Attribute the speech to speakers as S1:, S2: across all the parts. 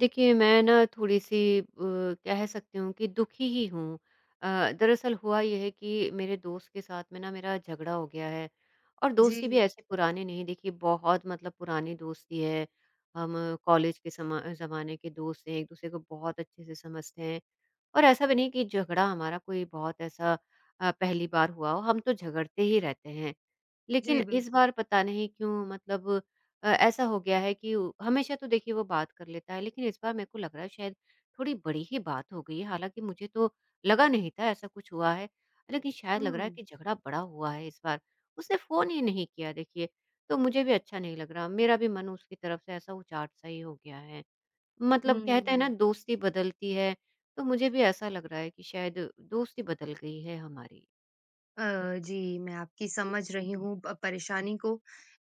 S1: देखिए, मैं ना थोड़ी-सी कह सकती हूँ कि दुखी ही हूँ। दरअसल हुआ ये है कि मेरे दोस्त के साथ में ना मेरा झगड़ा हो गया है और
S2: जी,
S1: दोस्ती भी ऐसे पुराने नहीं देखिए बहुत मतलब पुरानी दोस्ती है। हम कॉलेज के समा ज़माने के दोस्त हैं, एक-दूसरे को बहुत अच्छे से समझते हैं और ऐसा भी नहीं कि झगड़ा हमारा कोई बहुत ऐसा पहली बार हुआ हो, हम तो झगड़ते ही रहते हैं। लेकिन
S2: जी,
S1: इस
S2: बिल्कुल।
S1: बार पता नहीं क्यों मतलब ऐसा हो गया है कि उ हमेशा तो देखिए वो बात कर लेता है, लेकिन इस बार मेरे को लग रहा है शायद थोड़ी बड़ी ही बात हो गई है। हालाँकि मुझे तो लगा नहीं था ऐसा कुछ हुआ है, लेकिन शायद लग रहा है
S2: हुँ,
S1: कि झगड़ा बड़ा हुआ है इस बार। उसने फ़ोन ही नहीं किया देखिए, तो मुझे भी अच्छा नहीं लग रहा। मेरा भी मन उसकी तरफ से ऐसा उचाट सा ही हो गया है। मतलब कहते हैं ना
S2: हुँ।
S1: दोस्ती बदलती है, तो मुझे भी ऐसा लग रहा है कि शायद दोस्ती बदल गई है हमारी।
S2: अ, जी, मैं आपकी समझ रही हूँ प परेशानी को,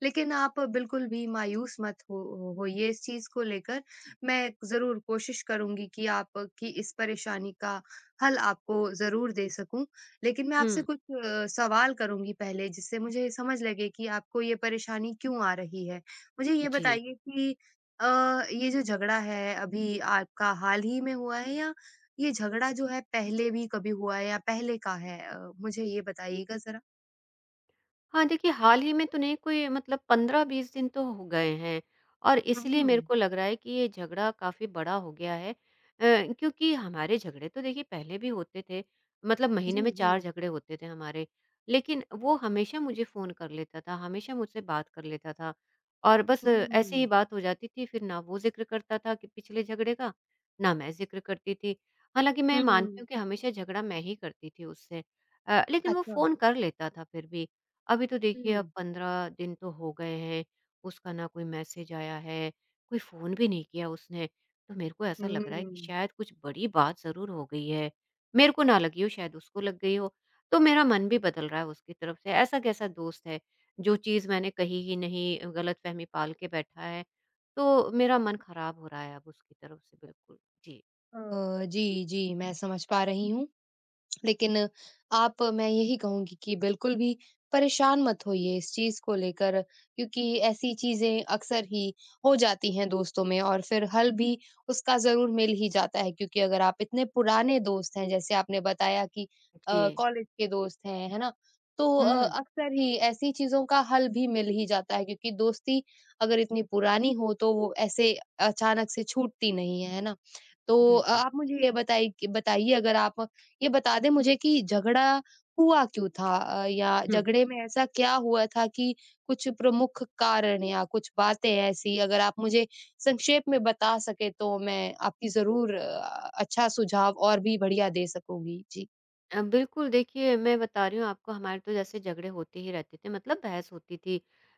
S2: लेकिन आप बिल्कुल भी मायूस मत हो हो होइए इस चीज़ को लेकर। मैं ज़रूर कोशिश करूँगी कि आपकी इस परेशानी का हल आपको ज़रूर दे सकूँ। लेकिन मैं आपसे
S1: हुँ,
S2: कुछ सवाल करूँगी पहले, जिससे मुझे समझ लगे कि आपको ये परेशानी क्यों आ रही है। मुझे ये
S1: जी।
S2: बताइए कि अ, ये जो झगड़ा है, अभी आपका हाल ही में हुआ है या ये झगड़ा जो है पहले भी कभी हुआ है या पहले का है? मुझे ये बताइएगा ज़रा।
S1: हाँ, देखिए हाल ही में तो नहीं कोई मतलब 15-20 दिन तो हो गए हैं और इसलिए मेरे
S2: हुँ।
S1: को लग रहा है कि ये झगड़ा काफ़ी बड़ा हो गया है। क्योंकि हमारे झगड़े तो देखिए पहले भी होते थे, मतलब महीने
S2: जी,
S1: में
S2: जी।
S1: 4 झगड़े होते थे हमारे। लेकिन वो हमेशा मुझे फ़ोन कर लेता था, हमेशा मुझसे बात कर लेता था और बस
S2: हुँ,
S1: ऐसे ही
S2: हुँ।
S1: बात हो जाती थी, फिर ना वो ज़िक्र करता था कि पिछले झगड़े का, ना मैं ज़िक्र करती थी। हालाँकि मैं मानती हूँ कि हमेशा झगड़ा मैं ही करती थी उससे लेकिन वो
S2: अच्छा।
S1: फ़ोन कर लेता था फिर भी। अभी तो देखिए अब
S2: हुँ,
S1: 15 दिन तो हो गए हैं, उसका ना कोई मैसेज आया है, कोई फ़ोन भी नहीं किया उसने। तो मेरे को ऐसा लग रहा है कि
S2: हुँ।
S1: शायद कुछ बड़ी बात ज़रूर हो गई है। मेरे को ना लगी हो शायद उसको लग गई हो, तो मेरा मन भी बदल रहा है उसकी तरफ से। ऐसा कैसा दोस्त है, जो चीज़ मैंने कही ही नहीं गलतफ़हमी पाल के बैठा है। तो मेरा मन खराब हो रहा है अब उसकी तरफ से बिल्कुल। जी।
S2: जी, जी मैं समझ पा रही हूँ। लेकिन आप मैं यही कहूँगी कि बिल्कुल भी परेशान मत होइए इस चीज़ को लेकर क्योंकि ऐसी चीज़ें अक्सर ही हो जाती हैं दोस्तों में और फिर हल भी उसका ज़रूर मिल ही जाता है क्योंकि अगर आप इतने पुराने दोस्त हैं जैसे आपने बताया कि
S1: जी।
S2: कॉलेज के दोस्त हैं, है ना? तो
S1: हुँ,
S2: अक्सर ही ऐसी चीज़ों का हल भी मिल ही जाता है क्योंकि दोस्ती अगर इतनी पुरानी हो तो वो ऐसे अचानक से छूटती नहीं है, है ना? तो
S1: बिल्कुल।
S2: आप मुझे ये बताइए कि बताइए अगर आप ये बता दें मुझे कि झगड़ा हुआ क्यों था? या
S1: हुँ।
S2: झगड़े में ऐसा क्या हुआ था कि कुछ प्रमुख कारण या कुछ बातें ऐसी अगर आप मुझे संक्षेप में बता सकें तो मैं आपकी ज़रूर अच्छा सुझाव और भी बढ़िया दे सकूँगी? जी।
S1: बिल्कुल, देखिए मैं बता रही हूँ आपको हमारे तो जैसे झगड़े होते ही रहते थे मतलब बहस होती थी।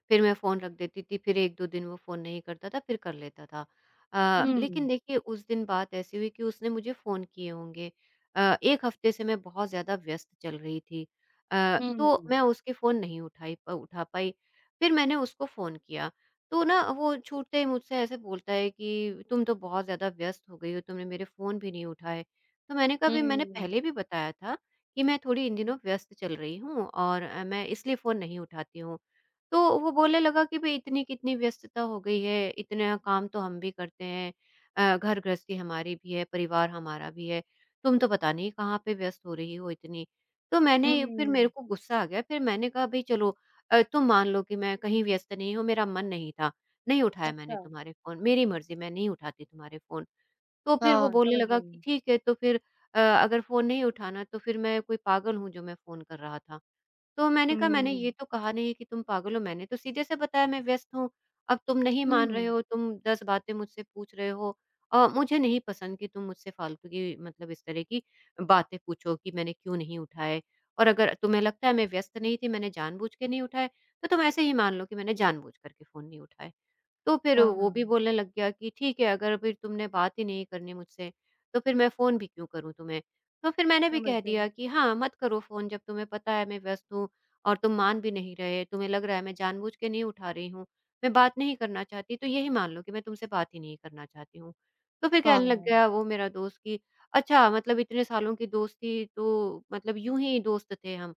S1: फिर मैं फ़ोन रख देती थी, फिर 1-2 दिन वो फ़ोन नहीं करता था, फिर कर लेता था। लेकिन
S2: हुँ,
S1: देखिए उस दिन बात ऐसी हुई कि उसने मुझे फ़ोन किए होंगे। 1 हफ़्ते से मैं बहुत ज़्यादा व्यस्त चल रही थी। तो
S2: हुँ,
S1: मैं उसके फ़ोन नहीं उठाई प उठा पाई। फिर मैंने उसको फ़ोन किया, तो ना वो छूटते ही मुझसे ऐसे बोलता है कि तुम तो बहुत ज़्यादा व्यस्त हो गई हो, तुमने मेरे फ़ोन भी नहीं उठाए। तो मैंने कहा भई मैंने
S2: हुँ,
S1: पहले भी बताया था कि मैं थोड़ी इन दिनों व्यस्त चल रही हूँ और मैं इसलिए फ़ोन नहीं उठाती हूँ। तो वो बोलने लगा कि भई इतनी कितनी व्यस्तता हो गई है, इतना काम तो हम भी करते हैं घर गृहस्थी हमारी भी है, परिवार हमारा भी है, तुम तो पता नहीं कहाँ पे व्यस्त हो रही हो इतनी। तो मैंने फिर मेरे
S2: हुँ।
S1: को गुस्सा आ गया, फिर मैंने कहा भई चलो तुम मान लो कि मैं कहीं व्यस्त नहीं हूँ, मेरा मन नहीं था, नहीं उठाया मैंने
S2: अच्छा,
S1: तुम्हारे फ़ोन, मेरी मर्ज़ी मैं नहीं उठाती तुम्हारे फ़ोन। तो फिर वो
S2: हाँ,
S1: बोलने
S2: समझ
S1: लगा
S2: रही
S1: कि
S2: हूँ।
S1: ठीक है तो फिर अगर फ़ोन नहीं उठाना तो फिर मैं कोई पागल हूँ जो मैं फ़ोन कर रहा था। तो मैंने कहा मैंने
S2: हुँ,
S1: ये तो कहा नहीं कि तुम पागल हो, मैंने तो सीधे से बताया मैं व्यस्त हूँ। अब तुम नहीं मान रहे
S2: हुँ,
S1: हो, तुम 10 बातें मुझसे पूछ रहे हो। मुझे नहीं पसंद कि तुम मुझसे फ़ालतू की मतलब इस तरह की बातें पूछो कि मैंने क्यों नहीं उठाए। और अगर तुम्हें लगता है मैं व्यस्त नहीं थी, मैंने जानबूझ के नहीं उठाए, तो तुम ऐसे ही मान लो कि मैंने जानबूझ कर के फ़ोन नहीं उठाए। तो फिर
S2: हाँ,
S1: वो भी बोलने लग गया कि ठीक है अगर फिर तुमने बात ही नहीं करनी मुझसे तो फिर मैं फ़ोन भी क्यों करूँ तुम्हें? तो फिर मैंने भी
S2: समझ
S1: कह
S2: रही
S1: दिया
S2: हूँ।
S1: कि हाँ, मत करो फ़ोन जब तुम्हें पता है मैं व्यस्त हूँ और तुम मान भी नहीं रहे, तुम्हें लग रहा है मैं जानबूझ के नहीं उठा रही हूँ, मैं बात नहीं करना चाहती तो यही मान लो कि मैं तुमसे बात ही नहीं करना चाहती हूँ। तो फिर कहने लग
S2: हाँ,
S1: गया वो मेरा दोस्त कि अच्छा मतलब इतने सालों की दोस्ती तो मतलब यूँ ही दोस्त थे हम।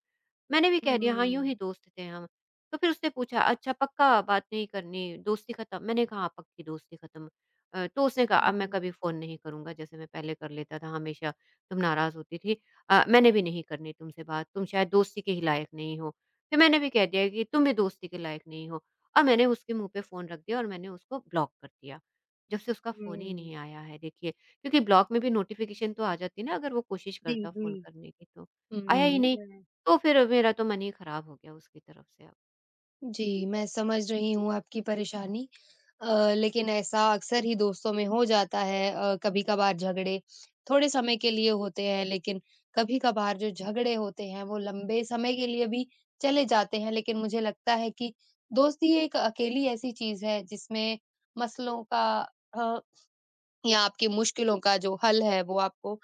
S1: मैंने भी कह दिया हाँ, यूँ
S2: हुँ,
S1: ही दोस्त थे हम। तो फिर उसने पूछा, "अच्छा पक्का बात नहीं करनी, दोस्ती खत्म?" मैंने कहा, "हाँ, पक्की दोस्ती खत्म।" तो उसने कहा, "अब मैं कभी
S2: हुँ,
S1: फ़ोन नहीं करूँगा, जैसे मैं पहले कर लेता था हमेशा, तुम नाराज़ होती थी। मैंने भी नहीं करनी तुमसे बात, तुम शायद दोस्ती के ही लायक नहीं हो।" फिर मैंने भी कह दिया कि, "तुम भी दोस्ती के लायक नहीं हो।" और मैंने उसके मुँह पे फ़ोन रख दिया और मैंने उसको ब्लॉक कर दिया। जब से उसका फ़ोन ही
S2: हुँ,
S1: नहीं आया है देखिए, क्योंकि ब्लॉक में भी नोटिफ़िकेशन तो आ जाती है ना अगर वो कोशिश
S2: जी,
S1: करता
S2: जी।
S1: फ़ोन करने की तो।
S2: हुँ।
S1: आया ही नहीं,
S2: मैं
S1: तो फिर मेरा तो मन ही खराब हो गया उसकी तरफ से अब।
S2: जी, मैं समझ रही हूँ आपकी परेशानी। अ, लेकिन ऐसा अक्सर ही दोस्तों में हो जाता है कभी-कभार झगड़े थोड़े समय के लिए होते हैं, लेकिन कभी-कभार जो झगड़े होते हैं, वो लंबे समय के लिए भी चले जाते हैं। लेकिन मुझे लगता है कि दोस्ती एक अकेली ऐसी चीज़ है, जिसमें मसलों का अ या आपकी मुश्किलों का जो हल है वो आपको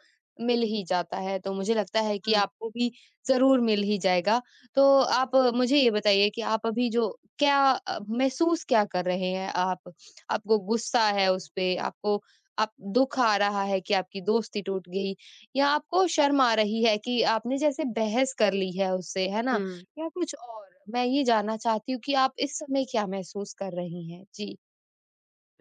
S2: मिल ही जाता है, तो मुझे लगता है कि
S1: हुँ,
S2: आपको भी ज़रूर मिल ही जाएगा। तो आप मुझे ये बताइए कि आप अभी जो महसूस क्या कर रहे हैं आप? आपको गुस्सा है उस पे? आपको आप दुःख आ रहा है कि आपकी दोस्ती टूट गई? या आपको शर्म आ रही है कि आपने जैसे बहस कर ली है उससे, है ना?
S1: हुँ।
S2: या कुछ और? मैं ये जानना चाहती हूँ कि आप इस समय क्या महसूस कर रही हैं? जी,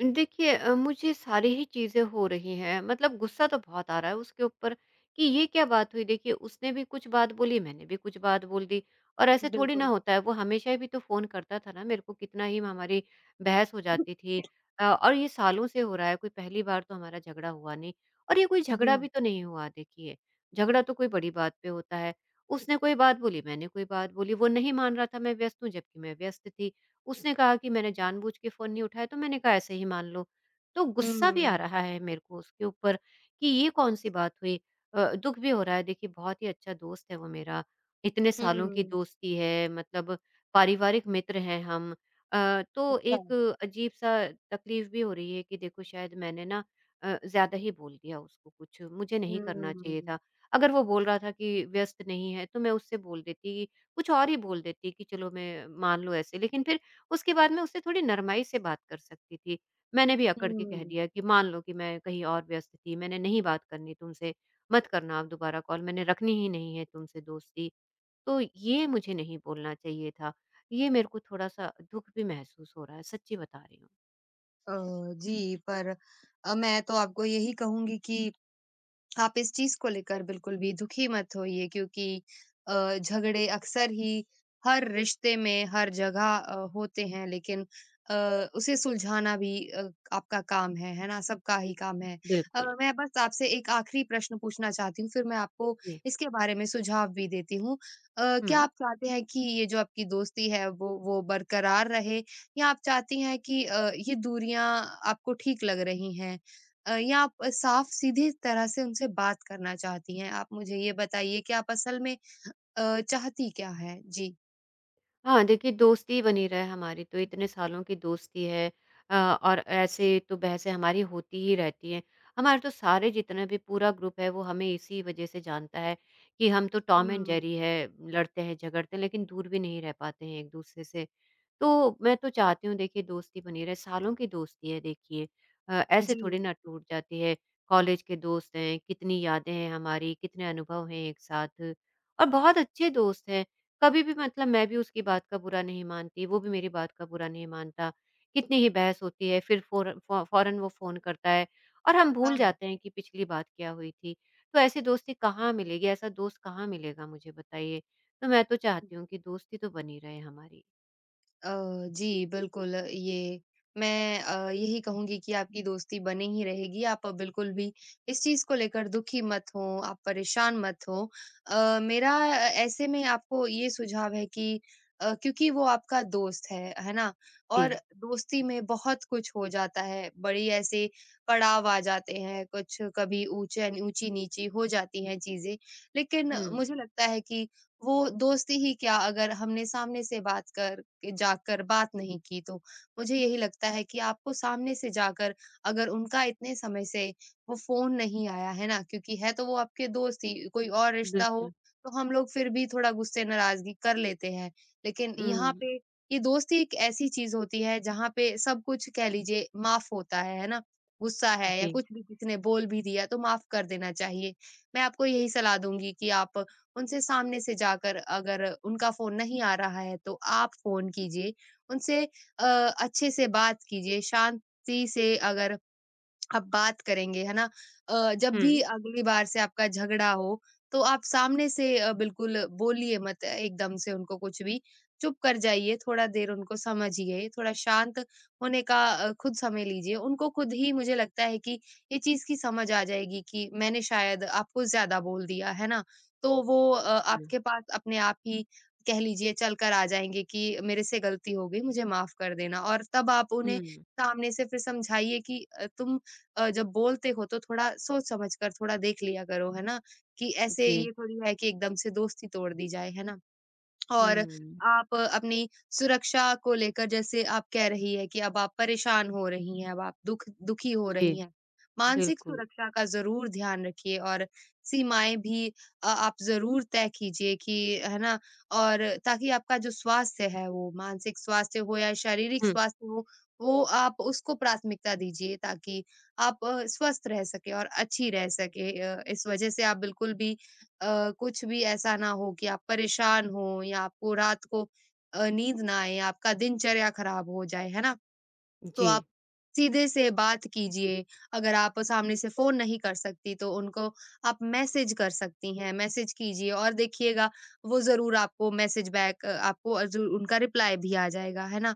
S1: देखिए मुझे सारी ही चीज़ें हो रही हैं मतलब गुस्सा तो बहुत आ रहा है उसके ऊपर कि ये क्या बात हुई देखिए उसने भी कुछ बात बोली, मैंने भी कुछ बात बोल दी और ऐसे थोड़ी ना
S2: बिल्कुल।
S1: होता है वो हमेशा भी तो फ़ोन करता था ना मेरे को कितना ही हमारी बहस हो जाती थी और ये सालों से हो रहा है कोई पहली बार तो हमारा झगड़ा हुआ नहीं और ये कोई
S2: जी।
S1: झगड़ा भी तो नहीं हुआ देखिए, झगड़ा तो कोई बड़ी बात पे होता है। उसने कोई बात बोली, मैंने कोई बात बोली, वो नहीं मान रहा था मैं व्यस्त हूँ जबकि मैं व्यस्त थी। उसने कहा कि मैंने जानबूझ के फ़ोन नहीं उठाया, तो मैंने कहा ऐसे ही मान लो। तो गुस्सा भी आ
S2: हुँ।
S1: रहा है मेरे को उसके ऊपर कि ये कौन-सी बात हुई। दुःख भी हो रहा है देखिए बहुत ही अच्छा दोस्त है वो मेरा, इतने सालों की
S2: हुँ।
S1: दोस्ती है मतलब पारिवारिक मित्र हैं हम। तो
S2: अच्छा।
S1: एक अजीब-सा तकलीफ़ भी हो रही है कि देखो शायद मैंने ना ज़्यादा ही बोल दिया उसको कुछ, मुझे नहीं
S2: हुँ,
S1: करना चाहिए
S2: हुँ।
S1: था। अगर वो बोल रहा था कि व्यस्त नहीं है, तो मैं उससे बोल देती, कुछ और ही बोल देती कि चलो मैं मान लो ऐसे, लेकिन फिर उसके बाद मैं उससे थोड़ी नरमाई से बात कर सकती थी। मैंने भी अकड़ के कह
S2: हुँ।
S1: दिया कि मान लो कि मैं कहीं और व्यस्त थी, मैंने नहीं बात करनी तुमसे, मत करना आप दोबारा कॉल, मैंने रखनी ही नहीं है तुमसे दोस्ती। तो ये मुझे नहीं बोलना चाहिए था। ये मेरे को थोड़ा-सा दुःख भी महसूस हो रहा है, सच्ची बता रही हूँ।
S2: अ, जी पर मैं तो आपको यही कहूँगी कि आप इस चीज़ को लेकर बिल्कुल भी दुखी मत होइए क्योंकि झगड़े अक्सर ही हर रिश्ते में, हर जगह होते हैं लेकिन अ, उसे सुलझाना भी आपका काम है ना? सबका ही काम है।
S1: बिल्कुल।
S2: मैं बस आपसे एक आखिरी प्रश्न पूछना चाहती हूँ, फिर मैं आपको
S1: जी।
S2: इसके बारे में सुझाव भी देती हूँ। क्या
S1: हुँ।
S2: आप चाहते हैं कि ये जो आपकी दोस्ती है वो बरकरार रहे या आप चाहती हैं कि ये दूरियाँ आपको ठीक लग रही हैं? या आप साफ सीधी तरह से उनसे बात करना चाहती हैं? आप मुझे ये बताइए कि आप असल में चाहती क्या हैं? जी।
S1: हाँ, देखिए दोस्ती बनी रहे हमारी तो इतने सालों की दोस्ती है अ, और ऐसे तो बहसें हमारी होती ही रहती हैं। हमारे तो सारे जितना भी पूरा ग्रुप है वो हमें इसी वज़ह से जानता है कि हम तो टॉम एंड जेरी
S2: हुँ।
S1: है, लड़ते हैं, झगड़ते हैं लेकिन दूर भी नहीं रह पाते हैं एक-दूसरे से। तो मैं तो चाहती हूँ देखिए दोस्ती बनी रहे, सालों की दोस्ती है देखिए ऐसे
S2: जी।
S1: थोड़ी ना टूट जाती है। कॉलेज के दोस्त हैं, कितनी यादें हैं हमारी, कितने अनुभव हैं एक साथ और बहुत अच्छे दोस्त हैं। कभी भी मतलब मैं भी उसकी बात का बुरा नहीं मानती, वो भी मेरी बात का बुरा नहीं मानता। कितनी ही बहस होती है, फिर फ़ोर फ़ौ फ़ौरन वो फ़ोन करता है और हम भूल
S2: हाँ।
S1: जाते हैं कि पिछली बात क्या हुई थी। तो ऐसी दोस्ती कहाँ मिलेगी, ऐसा दोस्त कहाँ मिलेगा मुझे बताइए? तो मैं तो चाहती हूँ कि दोस्ती तो बनी रहे हमारी।
S2: अ, जी, बिल्कुल ये मैं यही कहूँगी कि आपकी दोस्ती बनी ही रहेगी, आप बिल्कुल भी इस चीज़ को लेकर दुखी मत हों, आप परेशान मत हों। मेरा ऐसे में आपको ये सुझाव है कि क्योंकि वो आपका दोस्त है ना?
S1: जी।
S2: और दोस्ती में बहुत कुछ हो जाता है, बड़ी ऐसे पड़ाव आ जाते हैं, कुछ कभी ऊँचे ऊँची-नीची हो जाती हैं चीज़ें। लेकिन
S1: हुँ,
S2: मुझे लगता है कि वो दोस्ती ही क्या अगर हमने सामने से बात कर के जाकर बात नहीं की तो मुझे यही लगता है कि आपको सामने से जाकर अगर उनका इतने समय से वो फोन नहीं आया है ना क्योंकि है तो वो आपके दोस्त ही कोई और रिश्ता हो
S1: बिल्कुल।
S2: तो हम लोग फिर भी थोड़ा गुस्से नाराजगी कर लेते हैं लेकिन यहाँ
S1: हुँ,
S2: पे ये दोस्ती एक ऐसी चीज होती है जहाँ पे सब कुछ कह लीजिए माफ होता है ना गुस्सा है या
S1: जी।
S2: कुछ भी किसी ने बोल भी दिया तो माफ कर देना चाहिए मैं आपको यही सलाह दूंगी कि आप उनसे सामने से जाकर अगर उनका फ़ोन नहीं आ रहा है तो आप फ़ोन कीजिए, उनसे अच्छे से बात कीजिए, शांति से अगर आप बात करेंगे, है ना? जब भी
S1: हुँ,
S2: अगली बार से आपका झगड़ा हो, तो आप सामने से बिल्कुल बोलिए मत एकदम से उनको कुछ भी। चुप कर जाइए, थोड़ा देर उनको समझिए, थोड़ा शांत होने का खुद समय लीजिए। उनको खुद ही मुझे लगता है कि ये चीज़ की समझ आ जाएगी कि मैंने शायद आपको ज़्यादा बोल दिया, है ना? तो वो
S1: हुँ,
S2: आपके पास अपने आप ही कह लीजिए चल कर आ जाएँगे कि मेरे से गलती हो गई, मुझे माफ़ कर देना और तब आप उन्हें
S1: हुँ,
S2: सामने से फिर समझाइए कि तुम जब बोलते हो तो थोड़ा सोच समझ कर थोड़ा देख लिया करो, है ना? कि ऐसे
S1: जी।
S2: ये थोड़ी है कि एकदम से दोस्ती तोड़ दी जाए, है ना? और
S1: हुँ,
S2: आप अपनी सुरक्षा को लेकर जैसे आप कह रही है कि अब आप परेशान हो रही हैं, अब आप दुखी हो
S1: जी,
S2: रही हैं। मानसिक
S1: बिल्कुल।
S2: सुरक्षा का ज़रूर ध्यान रखिए और सीमाएँ भी आप ज़रूर तय कीजिए कि है ना? और ताकि आपका जो स्वास्थ्य है वो मानसिक स्वास्थ्य हो या शारीरिक
S1: हुँ,
S2: स्वास्थ्य हो, वो आप उसको प्राथमिकता दीजिए ताकि आप स्वस्थ रह सकें और अच्छी रह सकें। इस वज़ह से आप बिल्कुल भी कुछ भी ऐसा ना हो कि आप परेशान हो या आपको रात को नींद ना आए, आपका दिनचर्या खराब हो जाए, है ना? तो
S1: जी।
S2: आप सीधे से बात कीजिए। अगर आप सामने से फ़ोन नहीं कर सकती तो उनको आप मैसेज कर सकती हैं, मैसेज कीजिए और देखिएगा वो ज़रूर आपको मैसेज बैक आपको ज़रूर उनका रिप्लाई भी आ जाएगा, है ना?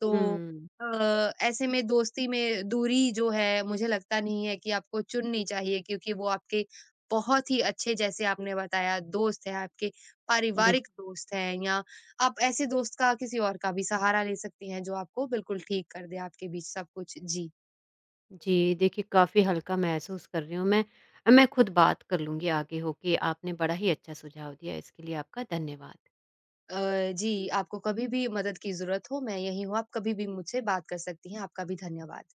S2: तो
S1: हुँ,
S2: ऐसे में दोस्ती में दूरी जो है मुझे लगता नहीं है कि आपको चुननी चाहिए क्योंकि वो आपके बहुत ही अच्छे जैसे आपने बताया दोस्त हैं, आपके
S1: बिल
S2: पारिवारिक दोस्त हैं या आप ऐसे दोस्त का किसी और का भी सहारा ले सकती हैं जो आपको बिल्कुल ठीक कर दे आपके बीच सब कुछ। जी।
S1: जी, देखिए काफ़ी हल्का महसूस कर रही हूँ मैं। मैं खुद बात कर लूँगी आगे होके, आपने बड़ा ही अच्छा सुझाव दिया, इसके लिए आपका धन्यवाद।
S2: अ, जी, आपको कभी भी मदद की ज़रूरत हो मैं यहीं हूँ, आप कभी भी मुझसे बात कर सकती हैं। आपका भी धन्यवाद।